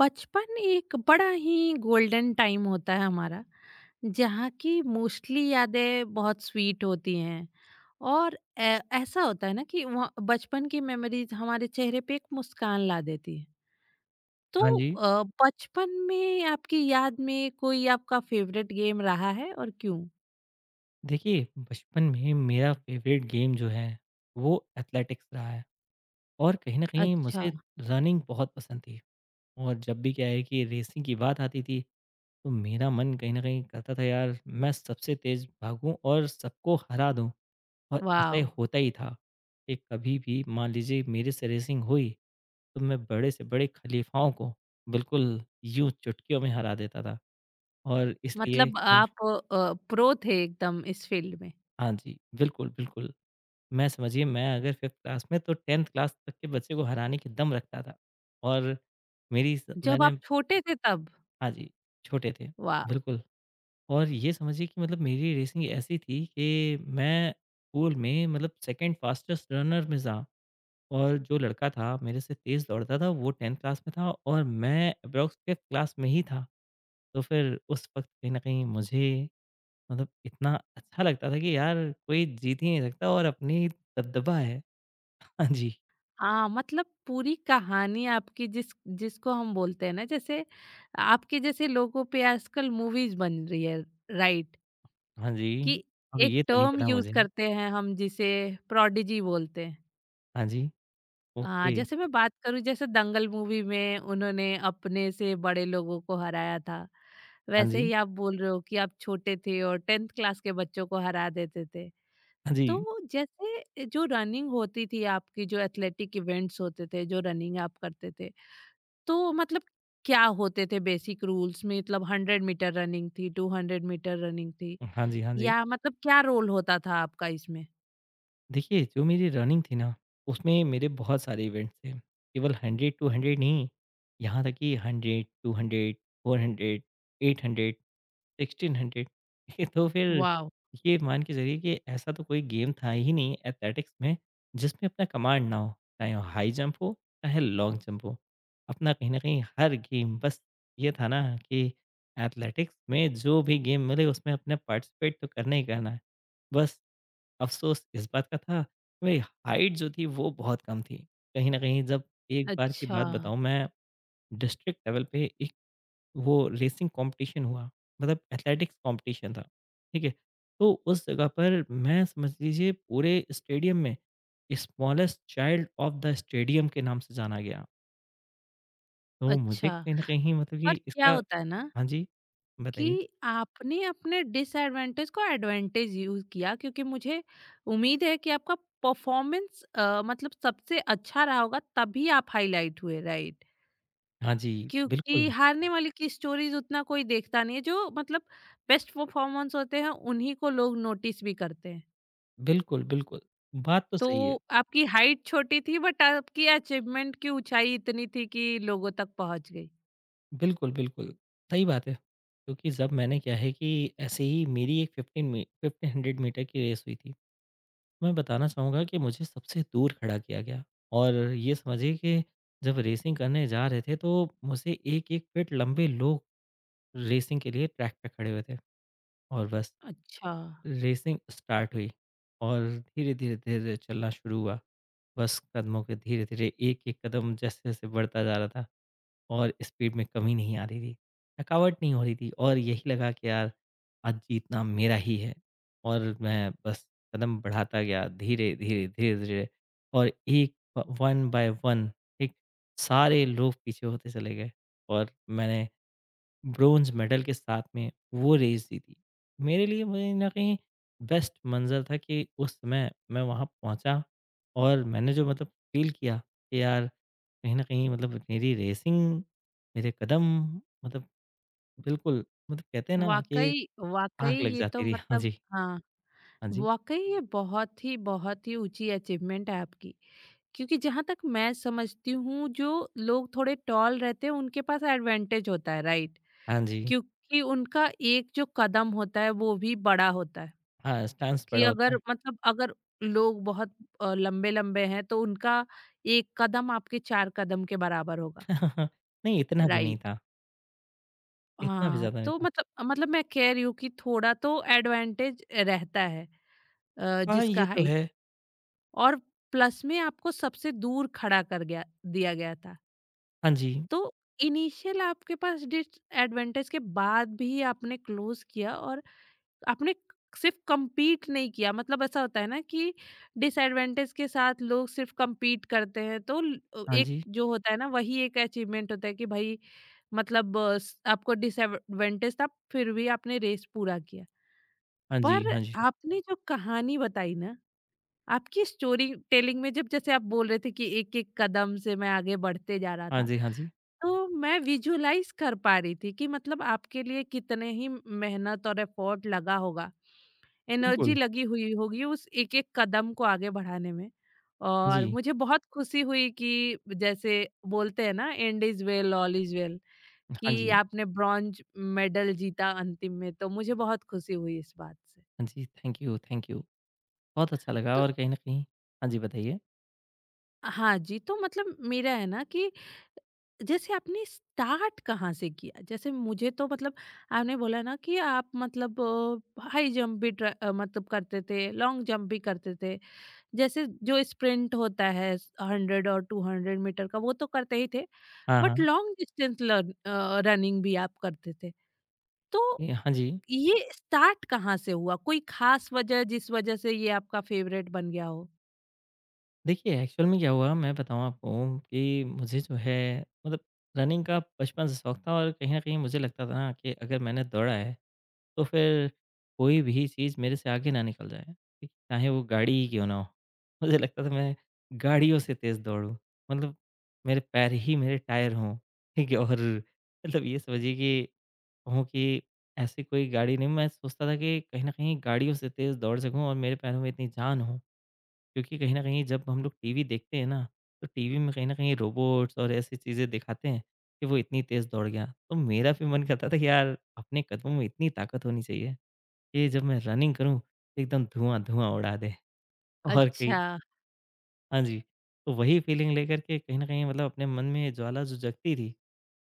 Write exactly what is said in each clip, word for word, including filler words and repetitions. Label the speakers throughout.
Speaker 1: बचपन एक बड़ा ही गोल्डन टाइम होता है हमारा, जहाँ की मोस्टली यादें बहुत स्वीट होती हैं। और ऐ- ऐसा होता है ना कि वहाँ- बचपन की मेमोरीज हमारे चेहरे पे एक मुस्कान ला देती है। तो
Speaker 2: हाँ जी।
Speaker 1: अ, बचपन में आपकी याद में कोई आपका फेवरेट गेम रहा है और क्यों?
Speaker 2: देखिए, बचपन में मेरा फ़ेवरेट गेम जो है, वो एथलेटिक्स रहा है और कहीं न कहीं
Speaker 1: अच्छा।
Speaker 2: मुझे रनिंग बहुत पसंद थी। और जब भी क्या है कि रेसिंग की बात आती थी, तो मेरा मन कहीं न कहीं करता था यार मैं सबसे तेज़ भागूँ और सबको हरा दूँ। और ऐसा ही
Speaker 1: वाह।
Speaker 2: होता ही था कि कभी भी मान लीजिए मेरे से रेसिंग हुई, तो मैं बड़े से बड़े खलीफाओं को बिल्कुल यूँ चुटकियों में हरा देता था। और इसलिए
Speaker 1: मतलब आप प्रो थे एकदम इस फील्ड में।
Speaker 2: हाँ जी, बिल्कुल, बिल्कुल। मैं समझिए मैं अगर फिफ्थ क्लास में तो टेंथ क्लास तक के बच्चे को हराने की दम रखता था। और मेरी स
Speaker 1: जब
Speaker 2: मैंने
Speaker 1: आप छोटे थे तब।
Speaker 2: हाँ जी, छोटे थे,
Speaker 1: वाह।
Speaker 2: बिल्कुल। और ये समझिए कि मतलब मेरी रेसिंग ऐसी थी कि मैं स्कूल में मतलब सेकंड फ़ास्टेस्ट रनर में था। और जो लड़का था मेरे से तेज़ दौड़ता था वो टेंथ क्लास में था और मैं एप्रॉक्स फिफ्थ क्लास में ही था। तो फिर उस वक़्त कहीं न कहीं मुझे मतलब इतना अच्छा लगता था कि यार कोई जीत ही नहीं सकता और अपनी दबदबा है। हाँ जी।
Speaker 1: हाँ, मतलब पूरी कहानी आपकी, जिस जिसको हम बोलते हैं ना, जैसे आपके जैसे लोगों पे आजकल मूवीज बन रही है, राइट।
Speaker 2: हाँ जी।
Speaker 1: कि
Speaker 2: अब
Speaker 1: एक
Speaker 2: ये तो नहीं
Speaker 1: टर्म
Speaker 2: पता
Speaker 1: यूज
Speaker 2: मुझे।
Speaker 1: करते हैं हम जिसे प्रोडिजी बोलते हैं।
Speaker 2: हाँ जी,
Speaker 1: हाँ,
Speaker 2: ओके।
Speaker 1: जैसे मैं बात करूँ जैसे दंगल मूवी में उन्होंने अपने से बड़े लोगों को हराया था,
Speaker 2: हाँ
Speaker 1: वैसे
Speaker 2: जी,
Speaker 1: ही आप बोल रहे हो कि आप छोटे थे और टेंथ क्लास के बच्चों को हरा देते थे।
Speaker 2: हाँ जी।
Speaker 1: तो जैसे जो रनिंग होती थी आपकी, जो एथलेटिक इवेंट्स होते थे, जो रनिंग आप करते थे, तो मतलब क्या होते थे बेसिक रूल्स में? मतलब हंड्रेड मीटर रनिंग थी, टू हंड्रेड मीटर रनिंग थी,
Speaker 2: हाँ जी, हाँ जी।
Speaker 1: या मतलब क्या रोल होता था आपका इसमें?
Speaker 2: देखिए, जो मेरी रनिंग थी ना, उसमें मेरे बहुत सारे इवेंट थे। केवल हंड्रेड टू हंड्रेड नहीं, यहाँ तक कि hundred, two hundred, four hundred, eight hundred, sixteen hundred. तो फिर
Speaker 1: वॉव!
Speaker 2: ये मान के चलिए कि ऐसा तो कोई गेम था ही नहीं एथलेटिक्स में जिसमें अपना कमांड ना हो, चाहे वो हाई जंप हो चाहे लॉन्ग जंप हो। अपना कहीं ना कहीं हर गेम बस ये था ना कि एथलेटिक्स में जो भी गेम मिले उसमें अपने पार्टिसिपेट तो करना ही करना है। बस अफसोस इस बात का था कि मेरी हाइट जो थी वो बहुत कम थी। कहीं ना कहीं जब एक बार की
Speaker 1: अच्छा,
Speaker 2: बात बताऊं मैं डिस्ट्रिक्ट लेवल पे एक वो रेसिंग कॉम्पिटिशन हुआ, मतलब एथलेटिक्स कॉम्पिटिशन था, ठीक है? तो उस जगह पर मैं समझ लीजिए पूरे स्टेडियम में smallest child of the stadium के नाम से जाना गया। तो मुझे
Speaker 1: अच्छा।
Speaker 2: कहीं न कहीं मतलब
Speaker 1: और
Speaker 2: कि
Speaker 1: क्या
Speaker 2: इसका
Speaker 1: होता है ना
Speaker 2: हाँ जी,
Speaker 1: कि
Speaker 2: बताइए?
Speaker 1: आपने अपने डिसएडवांटेज को एडवांटेज यूज़ किया, क्योंकि मुझे उम्मीद है कि आपका परफॉर्मेंस अ, मतलब सबसे अच्छा रहा होगा, तभी आप हाइलाइट हुए, राइट?
Speaker 2: हाँ जी,
Speaker 1: क्योंकि
Speaker 2: बिल्कुल,
Speaker 1: हारने वाले की स्टोरीज उतना कोई देखता नहीं है, जो मतलब बेस्ट परफॉर्मेंस होते हैं उन्हीं को लोग नोटिस भी करते हैं।
Speaker 2: बिल्कुल, बिल्कुल। बात तो
Speaker 1: तो
Speaker 2: सही है।
Speaker 1: आपकी हाइट छोटी थी, बट आपकी अचीवमेंट की ऊंचाई इतनी थी कि लोगों तक पहुंच गई।
Speaker 2: बिल्कुल, बिल्कुल, सही बात है। क्योंकि जब मैंने क्या है कि ऐसे ही मेरी एक पंद्रह मी फिफ्टीन हंड्रेड मीटर की रेस हुई थी। मैं बताना चाहूँगा कि मुझे सबसे दूर खड़ा किया गया और ये समझिए कि जब रेसिंग करने जा रहे थे तो मुझसे एक एक फीट लंबे लोग रेसिंग के लिए ट्रैक पे खड़े हुए थे। और बस
Speaker 1: अच्छा।
Speaker 2: रेसिंग स्टार्ट हुई और धीरे धीरे धीरे धीरे चलना शुरू हुआ। बस कदमों के धीरे धीरे एक एक कदम जैसे जैसे बढ़ता जा रहा था और स्पीड में कमी नहीं आ रही थी, थकावट नहीं हो रही थी और यही लगा कि यार आज जीतना मेरा ही है। और मैं बस कदम बढ़ाता गया धीरे धीरे धीरे धीरे। और एक वन बाय वन एक सारे लोग पीछे होते चले गए और मैंने ब्रोंज़ मेडल के साथ में वो रेस जीती। मेरे लिए वो कहीं न कहीं बेस्ट मंज़र था कि उस समय मैं वहाँ पहुँचा और मैंने जो मतलब फ़ील किया कि यार कहीं न कहीं मतलब मेरी रेसिंग, मेरे कदम मतलब बिल्कुल मतलब कहते हैं ना कि
Speaker 1: वाकई, वाकई
Speaker 2: आग लग
Speaker 1: ये तो
Speaker 2: जाती थी। हाँ
Speaker 1: मतलब,
Speaker 2: जी,
Speaker 1: हाँ,
Speaker 2: हाँ जी,
Speaker 1: वाकई ये बहुत ही बहुत ही ऊंची अचीवमेंट है आपकी। क्योंकि जहां तक मैं समझती हूँ, जो लोग थोड़े टॉल रहते हैं उनके पास एडवांटेज होता है, राइट।
Speaker 2: हाँ जी।
Speaker 1: क्योंकि उनका एक जो कदम होता है वो भी बड़ा होता है।
Speaker 2: हाँ, स्टांस
Speaker 1: कि
Speaker 2: बड़ा होता
Speaker 1: अगर
Speaker 2: है।
Speaker 1: मतलब अगर लोग बहुत लंबे लंबे हैं तो उनका एक कदम आपके चार कदम के बराबर होगा,
Speaker 2: नहीं इतना भी नहीं
Speaker 1: राइट।
Speaker 2: था, इतना भी
Speaker 1: हाँ,
Speaker 2: ज़्यादा नहीं
Speaker 1: तो
Speaker 2: था।
Speaker 1: मतलब मतलब मैं कह रही हूँ कि थोड़ा तो एडवांटेज रहता है, अ,
Speaker 2: हाँ,
Speaker 1: जिसका
Speaker 2: ये तो
Speaker 1: हाइट।
Speaker 2: है।
Speaker 1: और प्लस में आपको सबसे दूर खड़ा कर गया दिया गया था।
Speaker 2: हाँ जी,
Speaker 1: तो इनिशियल आपके पास डिस एडवांटेज के बाद भी आपने क्लोज किया, और आपने सिर्फ कम्पीट नहीं किया। मतलब ऐसा होता है ना कि डिसएडवांटेज के साथ लोग सिर्फ कम्पीट करते हैं, तो ल- अ,
Speaker 2: हाँ
Speaker 1: एक
Speaker 2: जी,
Speaker 1: जो होता है ना, वही एक अचीवमेंट होता है कि भाई मतलब, अ, स- आपको डिसएडवांटेज था, फिर भी आपने रेस पूरा किया।
Speaker 2: हाँ जी,
Speaker 1: पर
Speaker 2: हाँ जी,
Speaker 1: आपने जो कहानी बताई ना, आपकी स्टोरी टेलिंग में, जब जैसे आप बोल रहे थे कि एक एक कदम से मैं आगे बढ़ते जा रहा
Speaker 2: हाँ
Speaker 1: था,
Speaker 2: जी, हाँ जी।
Speaker 1: तो मैं विजुलाइज कर पा रही थी कि मतलब आपके लिए कितने ही मेहनत और एफर्ट लगा होगा, एनर्जी
Speaker 2: बिल्कुल,
Speaker 1: लगी हुई होगी उस एक-एक कदम को आगे बढ़ाने में।
Speaker 2: हाँ जी।
Speaker 1: और मुझे बहुत खुशी हुई कि, जैसे बोलते हैं ना, and is well all is well,
Speaker 2: हाँ
Speaker 1: कि
Speaker 2: जी।
Speaker 1: आपने ब्रॉन्ज मेडल जीता अंतिम में, तो मुझे बहुत खुशी हुई इस बात से।
Speaker 2: हाँ जी, थैंक यू, थैंक यू। बहुत अच्छा लगा
Speaker 1: तो
Speaker 2: और कहीं न कहीं हाँ जी, बताइए।
Speaker 1: हाँ जी, तो मतलब मेरा है ना कि जैसे आपने स्टार्ट कहाँ से किया? जैसे मुझे तो मतलब आपने बोला ना कि आप मतलब अ, हाई जंप भी ट्र अ, मतलब करते थे, लॉन्ग जंप भी करते थे। जैसे जो स्प्रिंट होता है हंड्रेड और टू हंड्रेड मीटर का, वो तो करते ही थे,
Speaker 2: हाँ,
Speaker 1: बट
Speaker 2: हाँ।
Speaker 1: लॉन्ग डिस्टेंस रनिंग भी आप करते थे। तो
Speaker 2: ये हाँ जी।
Speaker 1: ये स्टार्ट कहाँ से हुआ? कोई खास वजह जिस वजह से ये आपका फेवरेट बन गया हो?
Speaker 2: देखिए, एक्चुअल में क्या हुआ मैं बताऊँ आपको कि मुझे जो है मतलब रनिंग का बचपन से शौक था और कहीं न कहीं मुझे लगता था ना कि अगर मैंने दौड़ा है, तो फिर कोई भी चीज़ मेरे से आगे ना निकल जाए, ठीक? चाहे वो गाड़ी ही क्यों ना हो। मुझे लगता था मैं गाड़ियों से तेज़ दौड़ूँ, मतलब मेरे पैर ही मेरे टायर हों, ठीक है? और मतलब ये समझिए कि कहूँ कि ऐसी कोई गाड़ी नहीं मैं सोचता था कि कहीं न कहीं गाड़ियों से तेज़ दौड़ सकूँ और मेरे पैरों में इतनी जान हो। क्योंकि कहीं न कहीं जब हम लोग टीवी देखते हैं ना, तो टीवी में कहीं न कहीं रोबोट्स और ऐसी चीज़ें दिखाते हैं कि वो इतनी तेज़ दौड़ गया। तो मेरा भी मन करता था कि यार अपने कदमों में इतनी ताकत होनी चाहिए कि जब मैं रनिंग करूँ एकदम धुआँ-धुआँ उड़ा दे। और कहीं
Speaker 1: अच्छा।
Speaker 2: हाँ जी, तो वही फीलिंग लेकर के कहीं न कहीं मतलब अपने मन में ज्वाला जो जगती थी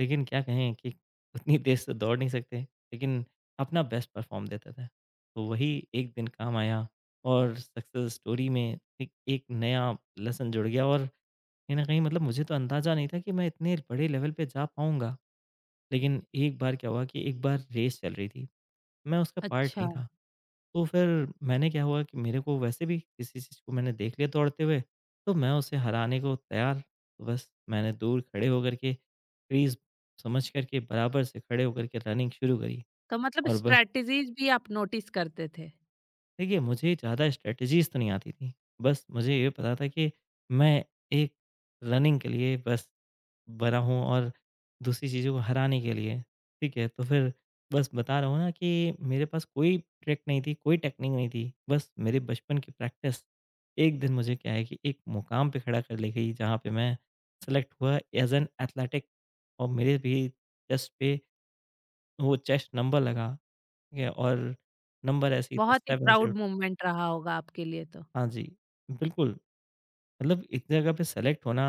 Speaker 2: लेकिन क्या कहें कि उतनी तेज़ तो दौड़ नहीं सकते, लेकिन अपना बेस्ट परफ़ॉर्म देते थे। तो वही एक दिन काम आया और सक्सेस स्टोरी में एक एक नया लेसन जुड़ गया और कहीं न कहीं मतलब मुझे तो अंदाज़ा नहीं था कि मैं इतने बड़े लेवल पे जा पाऊँगा। लेकिन एक बार क्या हुआ कि एक बार रेस चल रही थी, मैं उसका पार्ट
Speaker 1: अच्छा,
Speaker 2: नहीं था। तो फिर मैंने क्या हुआ कि मेरे को वैसे भी किसी चीज़ को मैंने देख लिया दौड़ते हुए, तो मैं उसे हराने को तैयार तो बस मैंने दूर खड़े होकर के क्रीज़ समझ कर के बराबर से खड़े होकर के रनिंग शुरू करी।
Speaker 1: तो मतलब
Speaker 2: और बस
Speaker 1: स्ट्रेटजीज भी आप नोटिस करते थे।
Speaker 2: देखिए मुझे ज़्यादा स्ट्रैटेजीज़ तो नहीं आती थी। बस मुझे ये पता था कि मैं एक रनिंग के लिए बस बना हूँ और दूसरी चीज़ों को हराने के लिए, ठीक है? तो फिर बस बता रहा हूँ ना कि मेरे पास कोई ट्रिक नहीं थी, कोई टेक्निक नहीं थी। बस मेरे बचपन की प्रैक्टिस एक दिन मुझे क्या है कि एक मुकाम पे खड़ा कर ले गई जहाँ पे मैं सेलेक्ट हुआ एज़ एन एथलेटिक। और मेरे भी चेस्ट पे वो चेस्ट नंबर लगा, ठीक है? और नंबर ऐसे ही था
Speaker 1: बहुत ही
Speaker 2: सेवन ज़ीरो।
Speaker 1: प्राउड मोमेंट रहा होगा आपके लिए तो।
Speaker 2: हाँ जी, बिल्कुल। मतलब इतनी जगह पे सेलेक्ट होना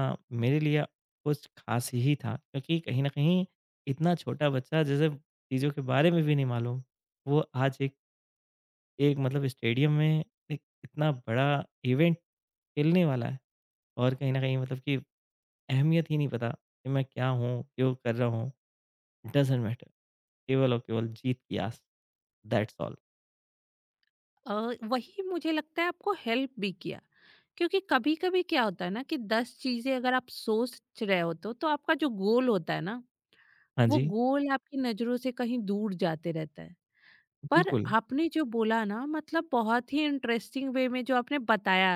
Speaker 2: मेरे लिए कुछ खास ही था क्योंकि कहीं ना कहीं इतना छोटा बच्चा जैसे चीज़ों के बारे में भी नहीं मालूम वो आज एक एक मतलब स्टेडियम में एक इतना बड़ा इवेंट खेलने वाला है और कहीं ना कहीं मतलब कि अहमियत ही नहीं पता कि मैं क्या हूँ क्यों कर रहा हूँ। डजेंट मैटर केवल और केवल जीत की आस दैट्स ऑल।
Speaker 1: अ, वही मुझे लगता है आपको हेल्प भी किया, क्योंकि कभी कभी क्या होता है ना कि दस चीजें अगर आप सोच रहे हो, तो तो आपका जो गोल होता है ना,
Speaker 2: हाँ
Speaker 1: वो
Speaker 2: जी।
Speaker 1: गोल आपकी नज़रों से कहीं दूर जाते रहता है। पर
Speaker 2: बिल्कुल।
Speaker 1: आपने जो बोला ना, मतलब बहुत ही इंटरेस्टिंग वे में जो आपने बताया,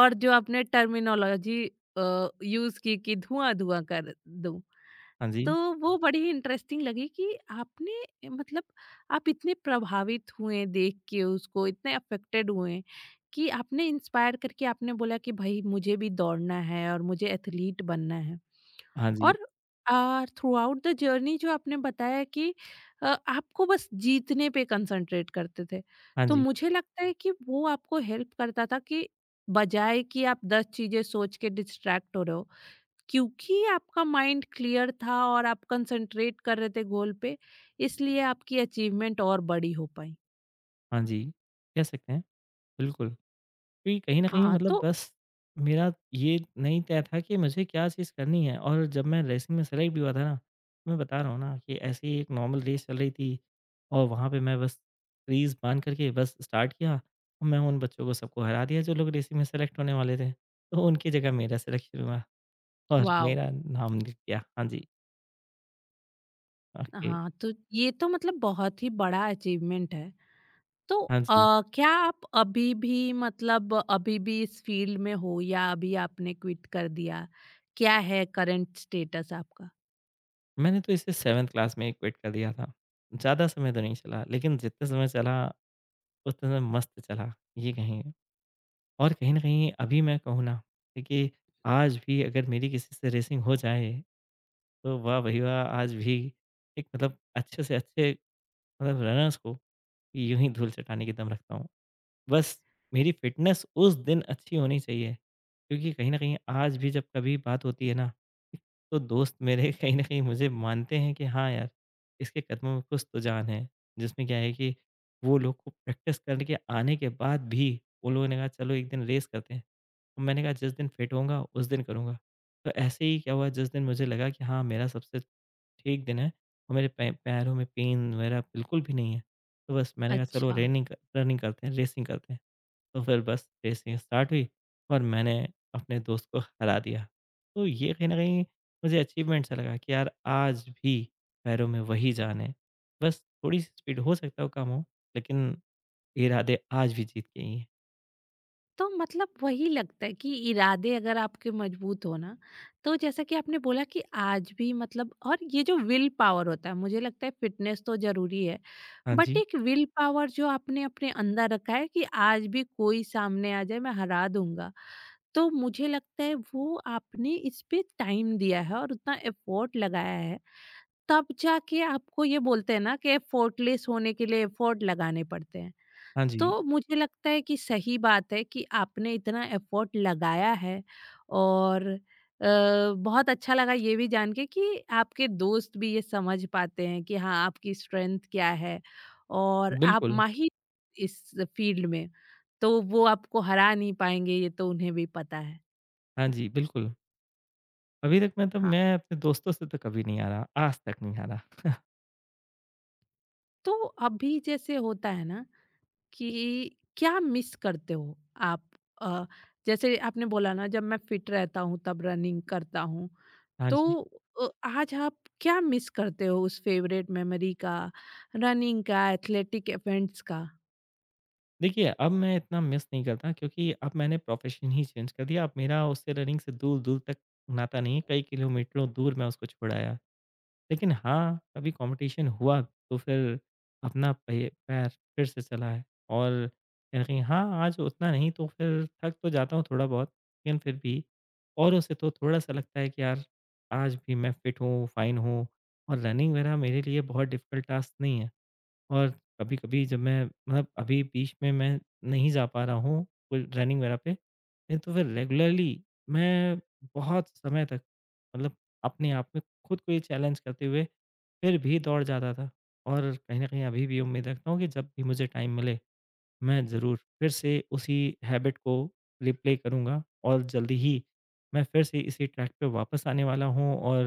Speaker 1: और जो आपने टर्मिनोलॉजी अ, यूज़ की कि धुआँ-धुआँ कर दूँ।
Speaker 2: हाँ
Speaker 1: तो
Speaker 2: जी।
Speaker 1: वो बड़ी ही इंटरेस्टिंग लगी कि आपने मतलब, आप इतने प्रभावित हुए देख के उसको, इतने अफ़ेक्टेड हुए कि आपने इंस्पायर करके आपने बोला कि भई मुझे भी दौड़ना है और मुझे एथलीट बनना है।
Speaker 2: हाँ जी।
Speaker 1: और अ, थ्रूआउट द जर्नी जो आपने बताया कि अ, आपको बस जीतने पे कंसंट्रेट करते थे,
Speaker 2: हाँ
Speaker 1: तो
Speaker 2: जी।
Speaker 1: मुझे लगता है कि वो आपको हेल्प करता था कि बजाय कि आप दस चीज़ें सोच के डिस्ट्रैक्ट हो रहे हो, क्योंकि आपका माइंड क्लियर था और आप कंसंट्रेट कर रहे थे गोल पे, इसलिए आपकी अचीवमेंट और बड़ी हो पाई।
Speaker 2: हाँ जी। कह सकते हैं, बिल्कुल। क्योंकि कहीं न कहीं
Speaker 1: हाँ,
Speaker 2: मतलब
Speaker 1: तो
Speaker 2: बस मेरा ये नहीं तय था कि मुझे क्या चीज़ करनी है। और जब मैं रेसिंग में सेलेक्ट भी हुआ था ना, तो मैं बता रहा हूँ ना कि ऐसे ही एक नॉर्मल रेस चल रही थी और वहाँ पे मैं बस क्रीज़ बाँध करके बस स्टार्ट किया और मैं उन बच्चों को सबको हरा दिया जो लोग रेसिंग में सेलेक्ट होने वाले थे। तो उनकी जगह मेरा सिलेक्शन हुआ और
Speaker 1: वाओ!
Speaker 2: मेरा नाम लिख दिया। हाँ जी, ओके,
Speaker 1: हाँ, तो ये तो मतलब बहुत ही बड़ा अचीवमेंट है। तो
Speaker 2: हाँ
Speaker 1: अ,
Speaker 2: जी।
Speaker 1: क्या आप अभी भी मतलब अभी भी इस फील्ड में हो, या अभी आपने क्विट कर दिया? क्या है करंट स्टेटस आपका?
Speaker 2: मैंने तो इसे सेवंथ क्लास में ही क्विट कर दिया था। ज़्यादा समय तो नहीं चला, लेकिन जितने समय चला उतने समय मस्त चला, ये कहेंगे। और कहीं न कहीं अभी मैं कहूँ ना, देखिए आज भी अगर मेरी किसी से रेसिंग हो जाए, तो वाह भई वाह! आज भी एक मतलब अच्छे से अच्छे मतलब रनर्स को यूँ ही धूल चटाने की दम रखता हूँ। बस मेरी फ़िटनेस उस दिन अच्छी होनी चाहिए, क्योंकि कहीं न कहीं आज भी जब कभी बात होती है ना, तो दोस्त मेरे कहीं न कहीं मुझे मानते हैं कि हाँ यार, इसके कदमों में कुछ तो जान है। जिसमें क्या है कि वो लोग को प्रैक्टिस करके आने के बाद भी, उन लोगों ने कहा चलो एक दिन रेस करते हैं। तो मैंने कहा जिस दिन फिट होऊँगा उस दिन करूँगा। तो ऐसे ही क्या हुआ जिस दिन मुझे लगा कि हाँ, मेरा सबसे ठीक दिन है और मेरे पै पैरों में पेन वगैरह बिल्कुल भी नहीं है। तो बस मैंने कहा चलो
Speaker 1: अच्छा।
Speaker 2: रेनिंग क रनिंग करते हैं, रेसिंग करते हैं। तो फिर बस रेसिंग स्टार्ट हुई और मैंने अपने दोस्त को हरा दिया। तो ये कहीं न कहीं मुझे अचीवमेंट सा लगा कि यार आज भी पैरों में वही जान है। बस थोड़ी-सी स्पीड हो सकता है कम हो लेकिन इरादे आज भी जीत के ही हैं।
Speaker 1: तो मतलब वही लगता है कि इरादे अगर आपके मजबूत हो ना, तो जैसा कि आपने बोला कि आज भी मतलब, और ये जो विल पावर होता है, मुझे लगता है फिटनेस तो जरूरी है,
Speaker 2: हाँ
Speaker 1: बट
Speaker 2: जी,
Speaker 1: एक विल पावर जो आपने अपने अंदर रखा है कि आज भी कोई सामने आ जाए मैं हरा दूंगा, तो मुझे लगता है वो आपने इस पे टाइम दिया है और उतना एफर्ट लगाया है, तब जाके। आपको ये बोलते हैं ना कि एफर्टलेस होने के लिए एफर्ट लगाने पड़ते हैं,
Speaker 2: हाँ जी।
Speaker 1: तो मुझे लगता है कि सही बात है कि आपने इतना एफर्ट लगाया है। और अ, बहुत अच्छा लगा ये भी जान के कि आपके दोस्त भी ये समझ पाते हैं कि हाँ, आपकी स्ट्रेंथ क्या है और आप
Speaker 2: बिल्कुल।
Speaker 1: माहिर इस फील्ड में, तो वो आपको हरा नहीं पाएंगे, ये तो उन्हें भी पता है।
Speaker 2: हाँ जी, बिल्कुल। अभी तक मतलब
Speaker 1: हाँ,
Speaker 2: मैं अपने दोस्तों से तो कभी नहीं हारा, आज तक नहीं हारा।
Speaker 1: तो अभी जैसे होता है ना कि क्या मिस करते हो आप, अ, जैसे आपने बोला ना जब मैं फिट रहता हूँ तब रनिंग करता हूँ,
Speaker 2: हाँ
Speaker 1: तो
Speaker 2: जी।
Speaker 1: अ, आज आप क्या मिस करते हो उस फेवरेट मेमोरी का, रनिंग का, एथलेटिक इवेंट्स का?
Speaker 2: देखिए, अब मैं इतना मिस नहीं करता क्योंकि अब मैंने प्रोफ़ेशन ही चेंज कर दिया। अब मेरा उससे रनिंग से दूर-दूर तक नाता नहीं है, कई किलोमीटरों दूर मैं उसको छोड़ आया। लेकिन हाँ, कभी कॉम्पिटिशन हुआ तो फिर अपना पै पैर फिर से चलाएँ और कहीं न कहीं हाँ, आज उतना नहीं तो फिर थक तो जाता हूँ थोड़ा-बहुत लेकिन फिर भी औरों से तो थोड़ा-सा लगता है कि यार, आज भी मैं फिट हूँ, फाइन हूँ और रनिंग वगैरह मेरे लिए बहुत डिफ़िकल्ट टास्क नहीं है। और कभी-कभी जब मैं मतलब अभी बीच में मैं नहीं जा पा रहा हूँ कोई रनिंग वगैरह पे नहीं तो फिर रेगुलरली मैं बहुत समय तक मतलब अपने आप में खुद को ये चैलेंज करते हुए फिर भी दौड़ जाता था। और कहीं न कहीं अभी भी उम्मीद रखता हूँ कि जब भी मुझे टाइम मिले, मैं ज़रूर फिर से उसी हैबिट को रिप्ले करूँगा और जल्दी ही मैं फिर से इसी ट्रैक पे वापस आने वाला हूँ। और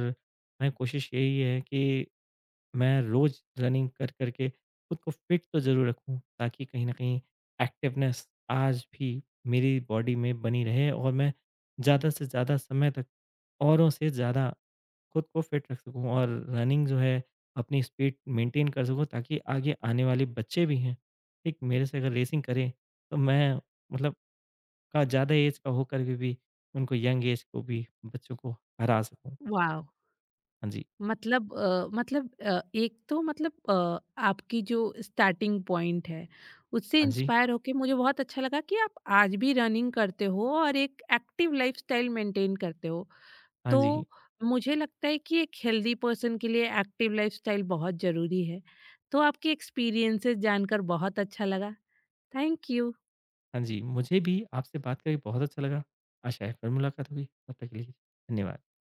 Speaker 2: मैं कोशिश यही है कि मैं रोज रनिंग कर कर के खुद को फिट तो ज़रूर रखूँ ताकि कहीं न कहीं एक्टिवनेस आज भी मेरी बॉडी में बनी रहे और मैं ज़्यादा से ज़्यादा समय तक औरों से ज़्यादा खुद को फिट रख सकूँ और रनिंग जो है अपनी स्पीड मेंटेन कर सकूँ ताकि आगे आने वाले बच्चे भी हैं, ठीक मेरे से अगर रेसिंग करें तो मैं मतलब का ज़्यादा एज का होकर के भी उनको यंग एज को भी बच्चों को हरा सकूँ।
Speaker 1: वॉव!
Speaker 2: हाँ जी,
Speaker 1: मतलब अ, मतलब अ, एक तो मतलब अ, आपकी जो स्टार्टिंग पॉइंट है, उससे
Speaker 2: हाँ जी,
Speaker 1: इंस्पायर होके मुझे बहुत अच्छा लगा कि आप आज भी रनिंग करते हो और एक एक्टिव लाइफ़स्टाइल मेंटेन करते हो।
Speaker 2: हाँ जी।
Speaker 1: तो मुझे लगता है कि एक हेल्दी पर्सन के लिए एक्टिव लाइफ़स्टाइल बहुत ज़रूरी है। तो आपके एक्सपीरियंसेस जानकर बहुत अच्छा लगा। Thank you.
Speaker 2: हाँ जी, मुझे भी आपसे बात करके बहुत अच्छा लगा। आशा है फिर मुलाकात होगी, तब तक के लिए धन्यवाद।